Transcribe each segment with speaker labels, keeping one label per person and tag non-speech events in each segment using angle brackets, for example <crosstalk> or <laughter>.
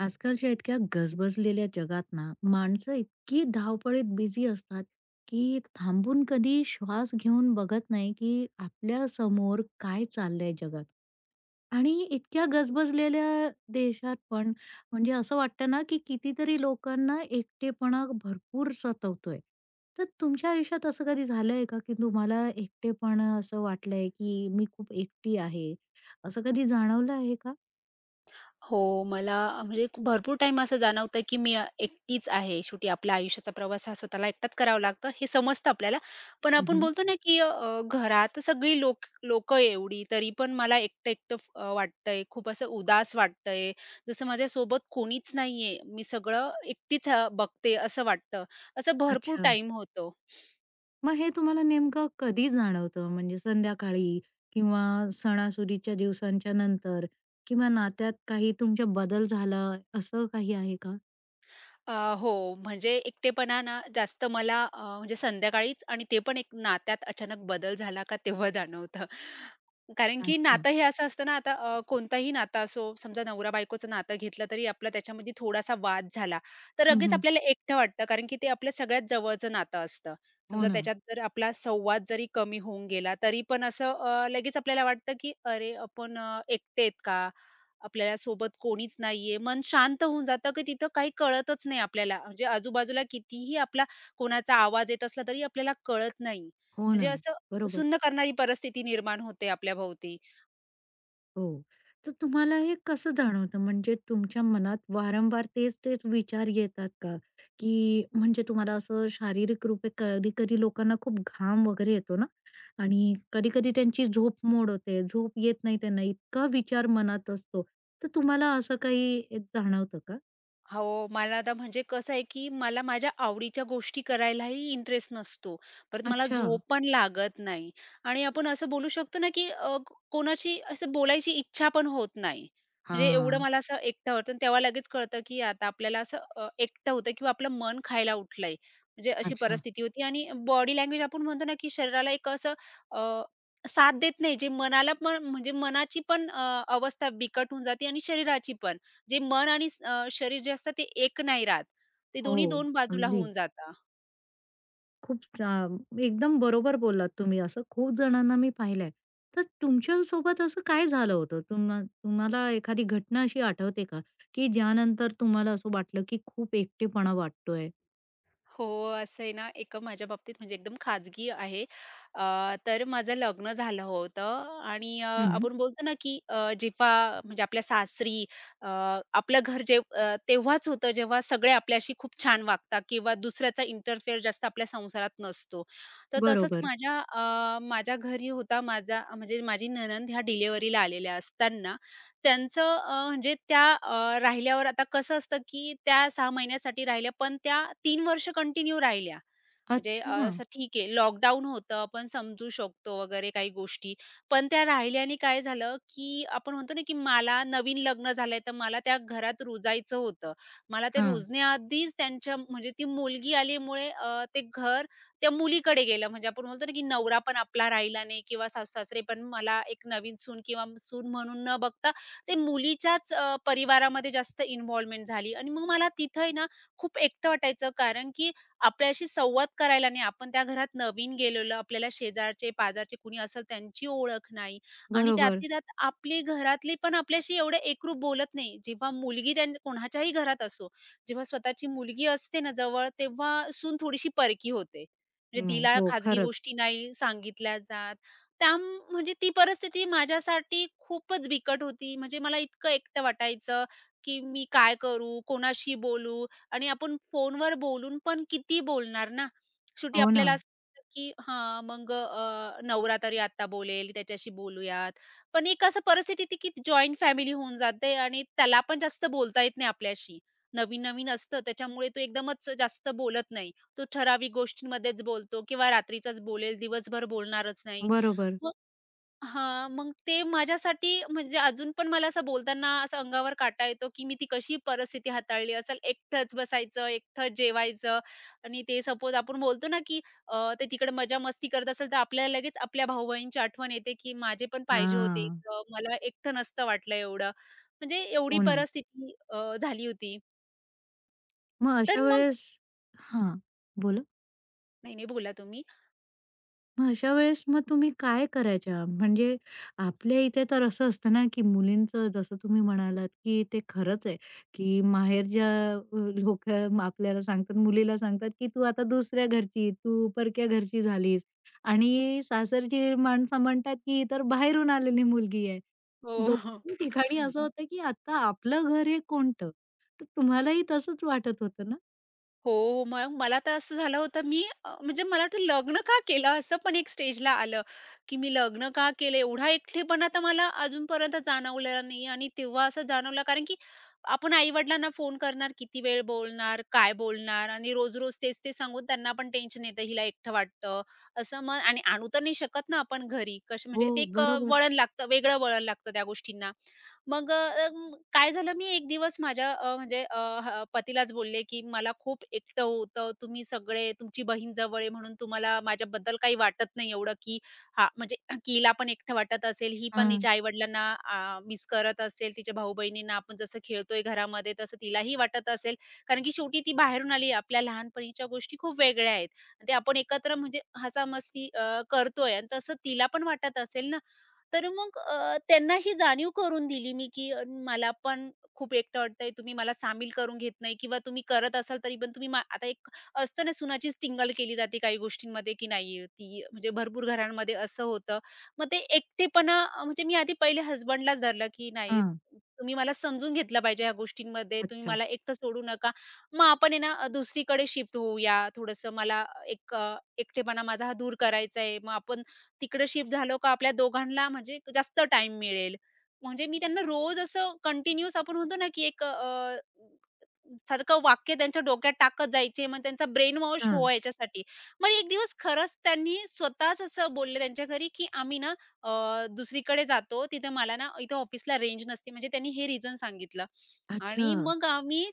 Speaker 1: आजकालच्या इतक्या गजबजलेल्या जगात ना, माणसं इतकी धावपळीत बिझी असतात, की थांबून कधी श्वास घेऊन बघत नाही, की आपल्या समोर काय चाललंय जगात. आणि इतक्या गजबजलेल्या देशात पण म्हणजे असं वाटतं ना, की कितीतरी लोकांना एकटेपणा भरपूर सतवतोय. तर तुमच्या आयुष्यात असं कधी झालंय का, की तुम्हाला एकटेपणा असं वाटलंय, की मी खूप एकटी आहे, असं कधी जाणवलं आहे का?
Speaker 2: हो, मला भरपूर टाईम असं जाणवतं, की मी एकटीच आहे. शेवटी आपल्या आयुष्याचा प्रवास हा स्वतःला एकटाच करावा लागतो, हे समजतं आपल्याला. पण आपण
Speaker 1: हं.
Speaker 2: बोलतो ना, की घरात सगळी लोकं एवढी, तरी पण मला एकटं-एकटं वाटतंय. खूप असं उदास वाटतंय. जसं माझ्यासोबत कोणीच नाहीये. मी सगळं एकटीच बघते असं वाटतं. असं भरपूर
Speaker 1: अच्छा.
Speaker 2: टाईम होतो.
Speaker 1: मग हे तुम्हाला नेमकं कधी जाणवतं? म्हणजे संध्याकाळी किंवा सणासुदीच्या दिवसांच्या नंतर किंवा नात्यात काही तुमच्या बदल झाला, असं काही आहे का?
Speaker 2: अ, हो, म्हणजे एकटेपणा ना जास्त मला म्हणजे संध्याकाळीच आणि ते पण एक नात्यात अचानक बदल झाला का तेव्हा जाणवतं. कारण की
Speaker 1: अच्छा.
Speaker 2: नातं हे असं असतं ना, आता कोणताही नातं असो, समजा नवरा-बायकोचं नातं घेतलं तरी आपला त्याच्यामध्ये थोडासा वाद झाला, तर
Speaker 1: हं,
Speaker 2: लगेच
Speaker 1: हं.
Speaker 2: आपल्याला एकटं वाटतं कारण की ते आपल्या सगळ्यात जवळचं नातं असतं.
Speaker 1: हो
Speaker 2: समजा
Speaker 1: ना.
Speaker 2: त्याच्यात जर आपला संवाद जरी कमी होऊन गेला, तरी पण असं लगेच आपल्याला वाटतं की "अरे, आपण एकटे आहेत का?" आपल्याला सोबत कोणीच नाहीये. मन शांत होऊन जातं, की तिथं काही कळतच नाही आपल्याला. म्हणजे आजूबाजूला कितीही आपला कोणाचा आवाज येत असला तरी आपल्याला कळत नाही.
Speaker 1: हो
Speaker 2: म्हणजे
Speaker 1: ना.
Speaker 2: असं
Speaker 1: बरोबर.
Speaker 2: सुन्न करणारी परिस्थिती निर्माण होते आपल्याभोवती.
Speaker 1: हो. तर तुम्हाला हे कसं जाणवतं? म्हणजे तुमच्या मनात वारंवार तेच-तेच विचार येतात का? की म्हणजे तुम्हाला असं शारीरिक रूपे कधी-कधी लोकांना खूप घाम वगैरे येतो ना आणि कधी-कधी त्यांची झोप मोड होते, झोप येत नाही त्यांना, इतका विचार मनात असतो. तर तुम्हाला असं काही जाणवतं का?
Speaker 2: हो, मला आता म्हणजे कसं आहे, की मला माझ्या आवडीच्या गोष्टी करायलाही इंटरेस्ट नसतो. परत मला
Speaker 1: अच्छा.
Speaker 2: झोप पण लागत नाही आणि आपण असं बोलू शकतो ना, की कोणाशी असं बोलायची इच्छा पण होत नाही. म्हणजे एवढं
Speaker 1: हां.
Speaker 2: मला असं एकटं होतं आणि तेव्हा लगेच कळतं, की आता आपल्याला असं एकटं होतं किंवा आपलं मन खायला उठलंय. म्हणजे अशी
Speaker 1: अच्छा.
Speaker 2: परिस्थिती होती आणि बॉडी लँग्वेज आपण म्हणतो ना, की शरीराला एक असं अ, साथ देत नाही. जे मनाला पण म्हणजे मनाची पण अवस्था बिकट होऊन जाते आणि शरीराची पण. जे मन आणि शरीर जे असतं ते एक नाही राहत. ते
Speaker 1: हो.
Speaker 2: दोन्ही दोन बाजूला
Speaker 1: अगदी.
Speaker 2: होऊन जातं.
Speaker 1: खूप छान. एकदम बरोबर बोललात तुम्ही. असं खूप जणांना मी पाहिलंय. तर तुमच्यासोबत असं काय झालं होतं? तुम्हाला एखादी घटना अशी आठवते का, की ज्यानंतर तुम्हाला असं वाटलं, की खूप एकटेपणा वाटतोय?
Speaker 2: हो, असं आहे ना, एक माझ्या बाबतीत म्हणजे एकदम खाजगी आहे. अ, तर माझं लग्न झालं होतं आणि
Speaker 1: हं.
Speaker 2: आपण बोलतो ना, की जेव्हा म्हणजे आपल्या सासरी अ, आपलं घर जे तेव्हाच होतं, जेव्हा सगळे आपल्याशी खूप छान वागतात किंवा दुसऱ्याचा इंटरफेअर जास्त आपल्या संसारात नसतो. तर तसंच
Speaker 1: बरोबर.
Speaker 2: माझ्या घरी होता माझा म्हणजे माझी नणंद ह्या डिलिव्हरीला आलेल्या असताना त्यांचं म्हणजे राहिल्यावर आता कसं असतं, की त्या 6 महिन्यासाठी राहिल्या, पण त्या 3 वर्ष कंटिन्यू राहिल्या. म्हणजे
Speaker 1: अच्छा.
Speaker 2: असं ठीक आहे, लॉकडाऊन होतं, आपण समजू शकतो वगैरे काही गोष्टी. पण त्या राहिल्याने काय झालं, की आपण म्हणतो ना, की मला नवीन लग्न झालंय, तर मला त्या घरात रुजायचं होतं. मला ते
Speaker 1: हां.
Speaker 2: रुजण्याआधीच त्यांच्या म्हणजे ती मुलगी आल्यामुळे ते घर त्या मुलीकडे गेलं. म्हणजे आपण बोलतो ना, की नवरा पण आपला राहिला नाही किंवा सासू-सासरे पण मला एक नवीन सून किंवा सून म्हणून न बघता, ते मुलीच्याच परिवारामध्ये जास्त इन्व्हॉल्वमेंट झाली आणि मग मला तिथं आहे ना, खूप एकटं वाटायचं. कारण की आपल्याशी संवाद करायला नाही. आपण त्या घरात नवीन गेलेलो, आपल्याला शेजारचे, पाजारचे कुणी असेल त्यांची ओळख नाही आणि
Speaker 1: बरोबर.
Speaker 2: त्यातली त्यात आपली घरातली पण आपल्याशी एवढे एकरूप बोलत नाही. जेव्हा मुलगी कोणाच्याही घरात असो, जेव्हा स्वतःची मुलगी असते ना जवळ, तेव्हा सून थोडीशी परकी होते. म्हणजे
Speaker 1: मग?
Speaker 2: तिला
Speaker 1: हो,
Speaker 2: खाजगी
Speaker 1: खरंच.
Speaker 2: गोष्टी नाही सांगितल्या जात. त्या म्हणजे ती परिस्थिती माझ्यासाठी खूपच बिकट होती. म्हणजे मला इतकं एकटं वाटायचं, की मी काय करू? कोणाशी बोलू? आणि आपण फोनवर बोलून पण किती बोलणार ना. शेवटी
Speaker 1: हो
Speaker 2: आपल्याला
Speaker 1: ना.
Speaker 2: असं वाटतं की हां, मग नवरा तरी आता बोलेल, त्याच्याशी बोलूयात. पण एक असं परिस्थिती येते की जॉइंट फॅमिली होऊन जाते आणि त्याला पण जास्त बोलता येत नाही आपल्याशी. नवीन-नवीन असतं त्याच्यामुळे तो एकदमच जास्त बोलत नाही. तो ठराविक गोष्टींमध्येच बोलतो किंवा रात्रीचाच बोलेल, दिवसभर बोलणारच नाही.
Speaker 1: बरोबर.
Speaker 2: हां, मग ते माझ्यासाठी म्हणजे अजून पण मला असं बोलताना असं अंगावर काटा येतो, की मी ती कशी परिस्थिती हाताळली असेल. एकटंच बसायचं, एकटं जेवायचं आणि ते सपोज आपण बोलतो ना, की ते तिकडे मजा-मस्ती करत असेल, तर आपल्याला लगेच आपल्या भाऊ-बहिणीची आठवण येते, की माझे पण पाहिजे होते
Speaker 1: हां.
Speaker 2: इथं. मला एकटं नसतं वाटलं एवढं. म्हणजे एवढी
Speaker 1: हो ना.
Speaker 2: परिस्थिती झाली होती.
Speaker 1: मग
Speaker 2: तर
Speaker 1: अशा
Speaker 2: मग
Speaker 1: वेळेस हां. बोला.
Speaker 2: नाही, नाही बोला तुम्ही.
Speaker 1: मग अशा वेळेस मग तुम्ही काय करायच्या? म्हणजे आपल्या इथे तर असं असतं ना, की मुलींचं जसं तुम्ही म्हणालात, की ते खरंच आहे, की माहेरच्या लोकं आपल्याला सांगतात, मुलीला सांगतात, की "तू आता दुसऱ्या घरची, तू परक्या घरची झालीस" आणि सासरची माणसं म्हणतात, की "ही तर बाहेरून आलेली मुलगी आहे."
Speaker 2: हो.
Speaker 1: दोन्ही ठिकाणी असं होतं, की आता आपलं घर हे कोणतं? तर तुम्हालाही तसंच वाटत होतं ना?
Speaker 2: हो, हो. मग मला तर असं झालं होतं मी म्हणजे मला वाटतं लग्न का केलं असं पण एक स्टेजला आलं, की मी लग्न का केलं एवढा एकटेपणा तर मला अजूनपर्यंत जाणवलेला नाही आणि तेव्हा असं जाणवलं कारण की आपण आई-वडिलांना फोन करणार, किती वेळ बोलणार, काय बोलणार आणि रोज-रोज तेच-तेच सांगून त्यांना पण टेन्शन येतं, हिला एकटं वाटतं. असं मग आणि आणू तर नाही शकत ना आपण घरी, कसं
Speaker 1: हो,
Speaker 2: म्हणजे ते एक
Speaker 1: बरोबर.
Speaker 2: वळण लागतं, वेगळं वळण लागतं त्या गोष्टींना. मग अ, काय झालं मी एक दिवस माझ्या अ, म्हणजे अ, ह- पतीलाच बोलले की मला खूप एकटं होतं तुम्ही सगळे तुमची बहीण जवळ आहे म्हणून तुम्हाला माझ्याबद्दल काही वाटत नाही एवढं की हा म्हणजे कीला पण एकटं वाटत असेल ही पण
Speaker 1: हां,
Speaker 2: तिच्या आई वडिलांना मिस करत असेल तिच्या भाऊ बहिणींना आपण जसं खेळतोय घरामध्ये तसं तिलाही वाटत असेल कारण की शेवटी ती बाहेरून आली आपल्या लहानपणीच्या गोष्टी खूप वेगळ्या आहेत ते आपण एकत्र म्हणजे हसा मस्ती करतोय आणि तसं तिला पण वाटत असेल ना. तर मग त्यांना ही जाणीव करून दिली मी, की मला पण खूप एकटं वाटतंय. तुम्ही मला सामील करून घेत नाही किंवा तुम्ही करत असाल तरी पण तुम्ही आता एक असतं ना, सुनाचीच टिंगल केली जाते काही गोष्टींमध्ये, की नाही ती म्हणजे भरपूर घरांमध्ये असं होतं. मग ते एकटेपणा म्हणजे मी आधी पहिले हसबंडलाच धरलं, की नाही
Speaker 1: हां.
Speaker 2: तुम्ही मला समजून घेतलं पाहिजे ह्या गोष्टींमध्ये. तुम्ही
Speaker 1: अच्छा.
Speaker 2: मला एकटं सोडू नका. मग आपण आहे ना दुसरीकडे शिफ्ट होऊया. थोडंसं मला एक एकटेपणा माझा हा दूर करायचा आहे. मग आपण तिकडे शिफ्ट झालो का आपल्या दोघांना म्हणजे जास्त टाइम मिळेल. म्हणजे मी त्यांना रोज असं कंटिन्यूअस आपण म्हणतो ना, की एक सारखं वाक्य त्यांच्या डोक्यात टाकत जायचे. मग त्यांचा ब्रेन वॉश
Speaker 1: हां.
Speaker 2: व्हायच्यासाठी. मग एक दिवस खरंच त्यांनी स्वतःच असं बोलले त्यांच्या घरी, की आम्ही ना अ, दुसरीकडे जातो. तिथे मला ना इथे ऑफिसला रेंज नसते. म्हणजे त्यांनी हे रिझन सांगितलं.
Speaker 1: अच्छा.
Speaker 2: आणि मग आम्ही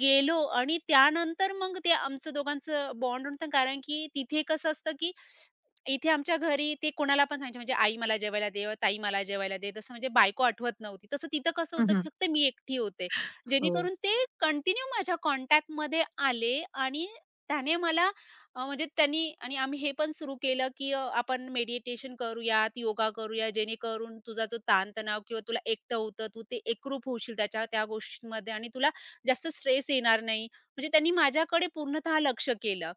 Speaker 2: गेलो आणि त्यानंतर मग ते आमचं दोघांचं बॉन्ड होतं. कारण की तिथे कसं असतं, की इथे आमच्या घरी ते कोणाला पण सांगायचे म्हणजे आई मला जेवायला दे, ताई मला जेवायला दे. तसं म्हणजे बायको आठवत नव्हती. तसं तिथं कसं होतं फक्त मी एकटी होते.
Speaker 1: हो,
Speaker 2: जेणेकरून ते कंटिन्यू माझ्या कॉन्टॅक्टमध्ये आले आणि त्याने मला म्हणजे त्यांनी आणि आम्ही हे पण सुरू केलं, की आपण मेडिटेशन करूयात, योगा करूया, जेणेकरून तुझा जो ताणतणाव किंवा तुला एकटं होतं, तू ते एकरूप होशील त्याच्या त्या गोष्टींमध्ये आणि तुला जास्त स्ट्रेस येणार नाही. म्हणजे त्यांनी माझ्याकडे पूर्णतः लक्ष केलं.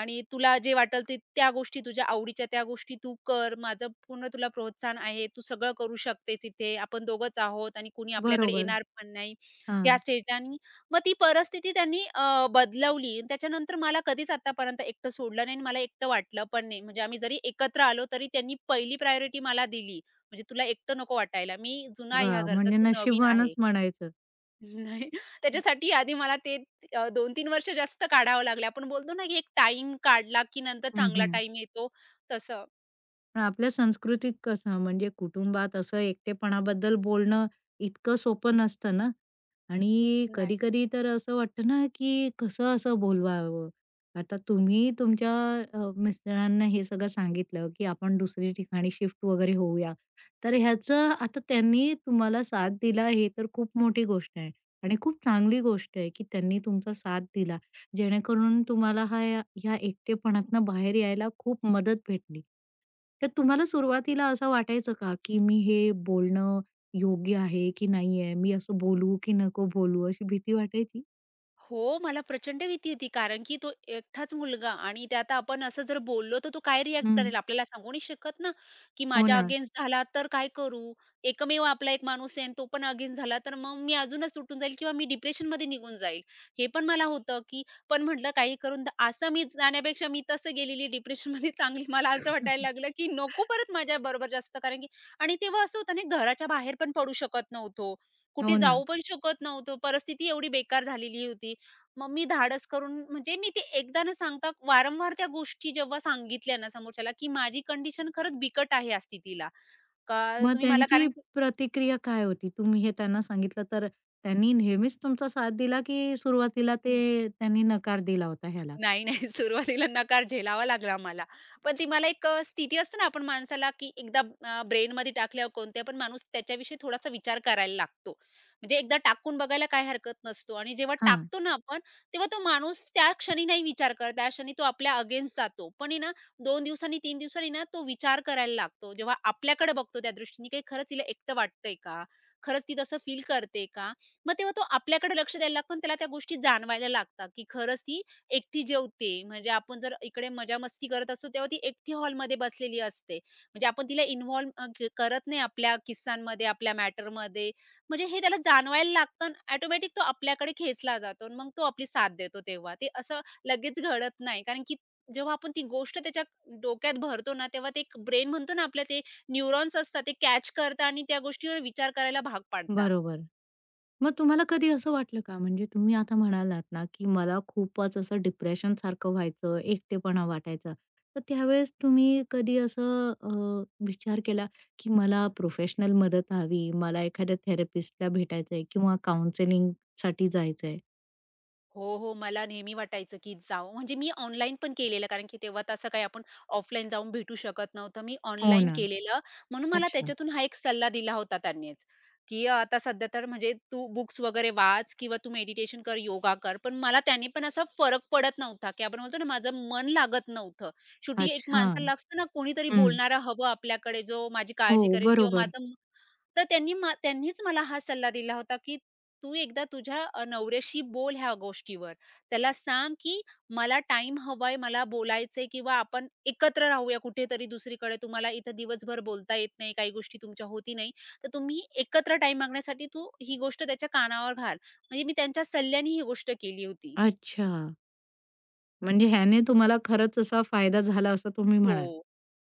Speaker 2: आणि तुला जे वाटेल ते त्या गोष्टी तुझ्या आवडीच्या त्या गोष्टी तू कर. माझं पूर्ण तुला प्रोत्साहन आहे. तू सगळं करू शकतेस इथे. आपण दोघंच आहोत आणि कुणी आपल्याकडे
Speaker 1: बरोबर.
Speaker 2: येणार पण नाही. या
Speaker 1: हां.
Speaker 2: स्टेजला आणि मग ती परिस्थिती त्यांनी बदलवली. आणि त्याच्यानंतर मला कधीच आतापर्यंत एकटं सोडलं नाही आणि मला एकटं वाटलं पण नाही. म्हणजे आम्ही जरी एकत्र आलो तरी त्यांनी पहिली प्रायोरिटी मला दिली. म्हणजे तुला एकटं नको वाटायला. मी जुना आहे ह्या
Speaker 1: वाह!
Speaker 2: घरचा,
Speaker 1: म्हणजे
Speaker 2: तू नवीन आहे.
Speaker 1: नशिबवानच म्हणायचं.
Speaker 2: नाही. त्याच्यासाठी आधी मला ते 2-3 वर्ष जास्त काढावं लागले. आपण बोलतो ना, की एक टाइम काढला, की नंतर
Speaker 1: हं,
Speaker 2: चांगला
Speaker 1: हं.
Speaker 2: टाइम येतो, तसं.
Speaker 1: पण आपल्या संस्कृतीत कसं म्हणजे कुटुंबात असं एकटेपणाबद्दल बोलणं इतकं सोपं नसतं ना. आणि
Speaker 2: नाही.
Speaker 1: कधी-कधी तर असं वाटतं ना, की कसं असं बोलवावं? आता तुम्ही तुमच्या मिस्टरांना हे सगळं सांगितलं, की आपण दुसरी ठिकाणी शिफ्ट वगैरे होऊया. तर ह्याचं आता त्यांनी तुम्हाला साथ दिला हे तर खूप मोठी गोष्ट आहे आणि खूप चांगली गोष्ट आहे, की त्यांनी तुमचा साथ दिला. जेणेकरून तुम्हाला हा या ह्या एकटेपणातनं बाहेर यायला खूप मदत भेटली. तर तुम्हाला सुरुवातीला असं वाटायचं का, की मी हे बोलणं योग्य आहे की नाहीये? मी असं बोलू की नको बोलू? अशी भीती वाटायची.
Speaker 2: हो, मला प्रचंड भीती होती. कारण की तो एकटाच मुलगा आणि त्यात आपण असं जर बोललो, तर तो काय रिएक्ट
Speaker 1: हं.
Speaker 2: करेल? आपल्याला सांगू नाही शकत ना, की
Speaker 1: हो
Speaker 2: माझ्या
Speaker 1: ना,
Speaker 2: अगेन्स्ट झाला तर काय करू? एकमेव आपला एक माणूस आहे आणि तो पण अगेन्स्ट झाला, तर मग मी अजूनच तुटून जाईल किंवा मी डिप्रेशनमध्ये निघून जाईल. हे पण मला होतं, की पण म्हटलं काही करून असं मी जाण्यापेक्षा मी तसं गेलेली डिप्रेशनमध्ये चांगली. मला असं वाटायला लागलं, की नको परत माझ्याबरोबर जास्त कारण की आणि तेव्हा असं होतं ना, घराच्या बाहेर पण पडू शकत नव्हतो. कुठे
Speaker 1: हो ना.
Speaker 2: जाऊ पण शकत नव्हतो. परिस्थिती एवढी बेकार झालेली होती. मग मी धाडस करून म्हणजे मी ते एकदा न सांगता वारंवार त्या गोष्टी जेव्हा सांगितल्या ना समोरच्याला, की माझी कंडिशन खरंच बिकट आहे या स्थितीला. का
Speaker 1: मग
Speaker 2: तुम्ही मला
Speaker 1: त्यांची
Speaker 2: कारण की
Speaker 1: प्रतिक्रिया काय होती? तुम्ही हे त्यांना सांगितलं तर त्यांनी नेहमीच तुमचा साथ दिला की सुरुवातीला ते त्यांनी नकार दिला होता ह्याला?
Speaker 2: नाही, नाही. <laughs> सुरुवातीला नकार झेलावा लागला मला. पण ती मला एक स्थिती असते ना, आपण माणसाला की एकदा ब्रेनमध्ये टाकल्यावर कोणता पण माणूस त्याच्याविषयी थोडासा विचार करायला लागतो. म्हणजे एकदा टाकून बघायला काही हरकत नसतो आणि जेव्हा
Speaker 1: हां,
Speaker 2: टाकतो ना आपण, तेव्हा तो माणूस त्या क्षणी नाही विचार करत, त्या क्षणी तो आपल्या अगेन्स्ट जातो. पण आहे ना, 2 दिवसांनी, 3 दिवसांनी ना, तो विचार करायला लागतो. जेव्हा आपल्याकडे बघतो त्या दृष्टीने, की खरंच हिला एकटं वाटतंय का? खरंच ती तसं फील करते का? मग तेव्हा तो आपल्याकडे लक्ष द्यायला लागतो आणि त्याला त्या गोष्टी जाणवायला लागतात, की खरंच ती एकटी जेवते. म्हणजे आपण जर इकडे मजा-मस्ती करत असतो, तेव्हा ती एकटी हॉलमध्ये बसलेली असते. म्हणजे आपण तिला इन्व्हॉल्व अ, क करत नाही आपल्या किस्सांमध्ये, आपल्या मॅटरमध्ये. म्हणजे हे त्याला जाणवायला लागतं ऑटोमॅटिक तो आपल्याकडे खेचला जातो अन् मग तो आपली साथ देतो तेव्हा. ते असं लगेच घडत नाही. कारण की जेव्हा आपण ती गोष्ट त्याच्या डोक्यात भरतो ना, तेव्हा ते एक ब्रेन म्हणतो ना आपलं, ते न्यूरॉन्स असतात, ते कॅच करतात आणि त्या गोष्टीवर विचार करायला भाग पाडतात.
Speaker 1: बरोबर. मग तुम्हाला कधी असं वाटलं का? म्हणजे तुम्ही आता म्हणालात ना, की मला खूपच असं डिप्रेशनसारखं व्हायचं, एकटेपणा वाटायचा. तर त्यावेळेस तुम्ही कधी असं विचार केला, की मला प्रोफेशनल मदत हवी, मला एखाद्या थेरपिस्टला भेटायचंय किंवा काउंसलिंगसाठी जायचंय?
Speaker 2: हो, हो. मला नेहमी वाटायचं की जावं. म्हणजे मी ऑनलाईन पण केलेलं, कारण की तेव्हा तसं काही आपण ऑफलाईन जाऊन भेटू शकत नव्हतं. मी
Speaker 1: हो
Speaker 2: ऑनलाईन
Speaker 1: ना.
Speaker 2: केलेलं. म्हणून मला
Speaker 1: अच्छा.
Speaker 2: त्याच्यातून हा एक सल्ला दिला होता त्यांनीच, की आता सध्या तर म्हणजे तू बुक्स वगैरे वाच किंवा तू मेडिटेशन कर, योगा कर. पण मला त्याने पण असा फरक पडत नव्हता, की आपण बोलतो ना, माझं मन लागत नव्हतं. शेवटी एक
Speaker 1: अच्छा.
Speaker 2: माणसाला लागतं ना, कोणीतरी
Speaker 1: हं.
Speaker 2: बोलणारा हवं आपल्याकडे, जो माझी
Speaker 1: हो,
Speaker 2: काळजी करेल किंवा
Speaker 1: बरोबर.
Speaker 2: माझं तर त्यांनी त्यांनीच मला हा सल्ला दिला होता, की तू एकदा तुझ्या नवऱ्याशी बोल ह्या गोष्टीवर. त्याला सांग, की मला टाईम हवाय, मला बोलायचंय किंवा आपण एकत्र राहूया कुठेतरी दुसरीकडे. तुम्हाला इथं दिवसभर बोलता येत नाही, काही गोष्टी तुमच्या होती नाही. तर तुम्ही एकत्र टाईम मागण्यासाठी तू ही गोष्ट त्याच्या कानावर घाल. म्हणजे मी त्यांच्या सल्ल्याने ही गोष्ट केली होती.
Speaker 1: अच्छा. म्हणजे ह्याने तुम्हाला खरंच असा फायदा झाला असं तुम्ही
Speaker 2: हो.
Speaker 1: म्हणाल.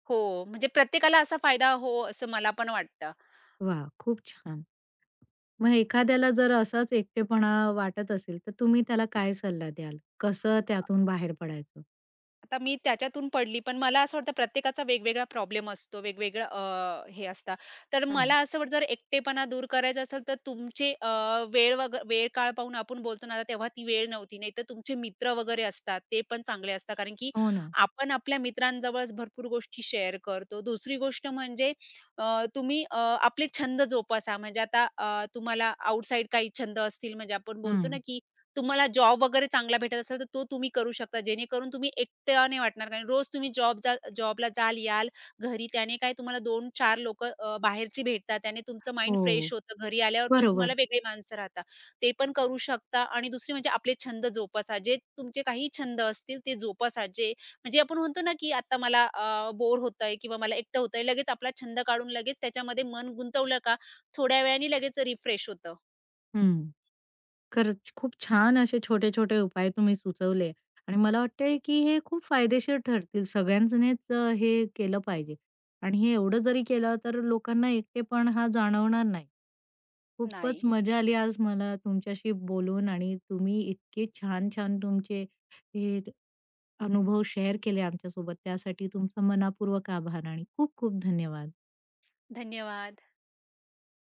Speaker 2: हो. म्हणजे प्रत्येकाला असा फायदा हो, असं मला पण वाटतं.
Speaker 1: वाह! खूप छान. मग एखाद्याला जर असाच एकटेपणा वाटत असेल, तर तुम्ही त्याला काय सल्ला द्याल? कसं त्यातून बाहेर पडायचं?
Speaker 2: आता मी त्याच्यातून पडली, पण मला असं वाटतं प्रत्येकाचा वेगवेगळा प्रॉब्लेम असतो, वेगवेगळं हे असतं. तर
Speaker 1: हं.
Speaker 2: मला असं वाटतं जर एकटेपणा दूर करायचा असेल, तर तुमचे अ, वेळ वग वेळ काळ पाहून आपण बोलतो ना, आता तेव्हा ती वेळ नव्हती. नाहीतर तुमचे मित्र वगैरे असतात, ते पण चांगले असतात. कारण की
Speaker 1: हो ना.
Speaker 2: आपण आपल्या मित्रांजवळ भरपूर गोष्टी शेअर करतो. दुसरी गोष्ट म्हणजे अ, तुम्ही आपले छंद जोपासा. म्हणजे आता तुम्हाला आउटसाइड काही छंद असतील, म्हणजे आपण बोलतो ना,
Speaker 1: हं.
Speaker 2: की तुम्हाला जॉब वगैरे चांगला भेटत असेल, तर तो तुम्ही करू शकता. जेणेकरून तुम्ही एकट्या नाही वाटणार. कारण रोज तुम्ही जॉबला जाल, याल घरी. त्याने काय तुम्हाला 2-4 लोकं बाहेरची भेटतात. त्याने तुमचं माइंड फ्रेश
Speaker 1: हो,
Speaker 2: होतं. घरी आल्यावर पण
Speaker 1: बरोबर.
Speaker 2: तुम्हाला वेगळी माणसं राहतात. ते पण करू शकता आणि दुसरी म्हणजे आपले छंद जोपासा. जे तुमचे काही छंद असतील ते जोपासा. जे म्हणजे आपण म्हणतो ना, की आता मला बोर होतंय किंवा मला एकटं होतंय. लगेच आपला छंद काढून लगेच त्याच्यामध्ये मन गुंतवलं का, थोड्या वेळाने लगेच रिफ्रेश होतं.
Speaker 1: हं. खरंच खूप छान असे छोटे-छोटे उपाय तुम्ही सुचवले आणि मला वाटतंय की हे खूप फायदेशीर ठरतील. सगळ्यांनीच हे केलं पाहिजे आणि हे एवढं जरी केलं तर लोकांना एकटेपण हा जाणवणार नाही. खूपच
Speaker 2: नाही.
Speaker 1: मजा आली आज मला तुमच्याशी बोलून आणि तुम्ही इतके छान-छान तुमचे हे अनुभव शेअर केले आमच्यासोबत. त्यासाठी तुमचा मनःपूर्वक आभार आणि खूप खूप धन्यवाद.
Speaker 2: धन्यवाद.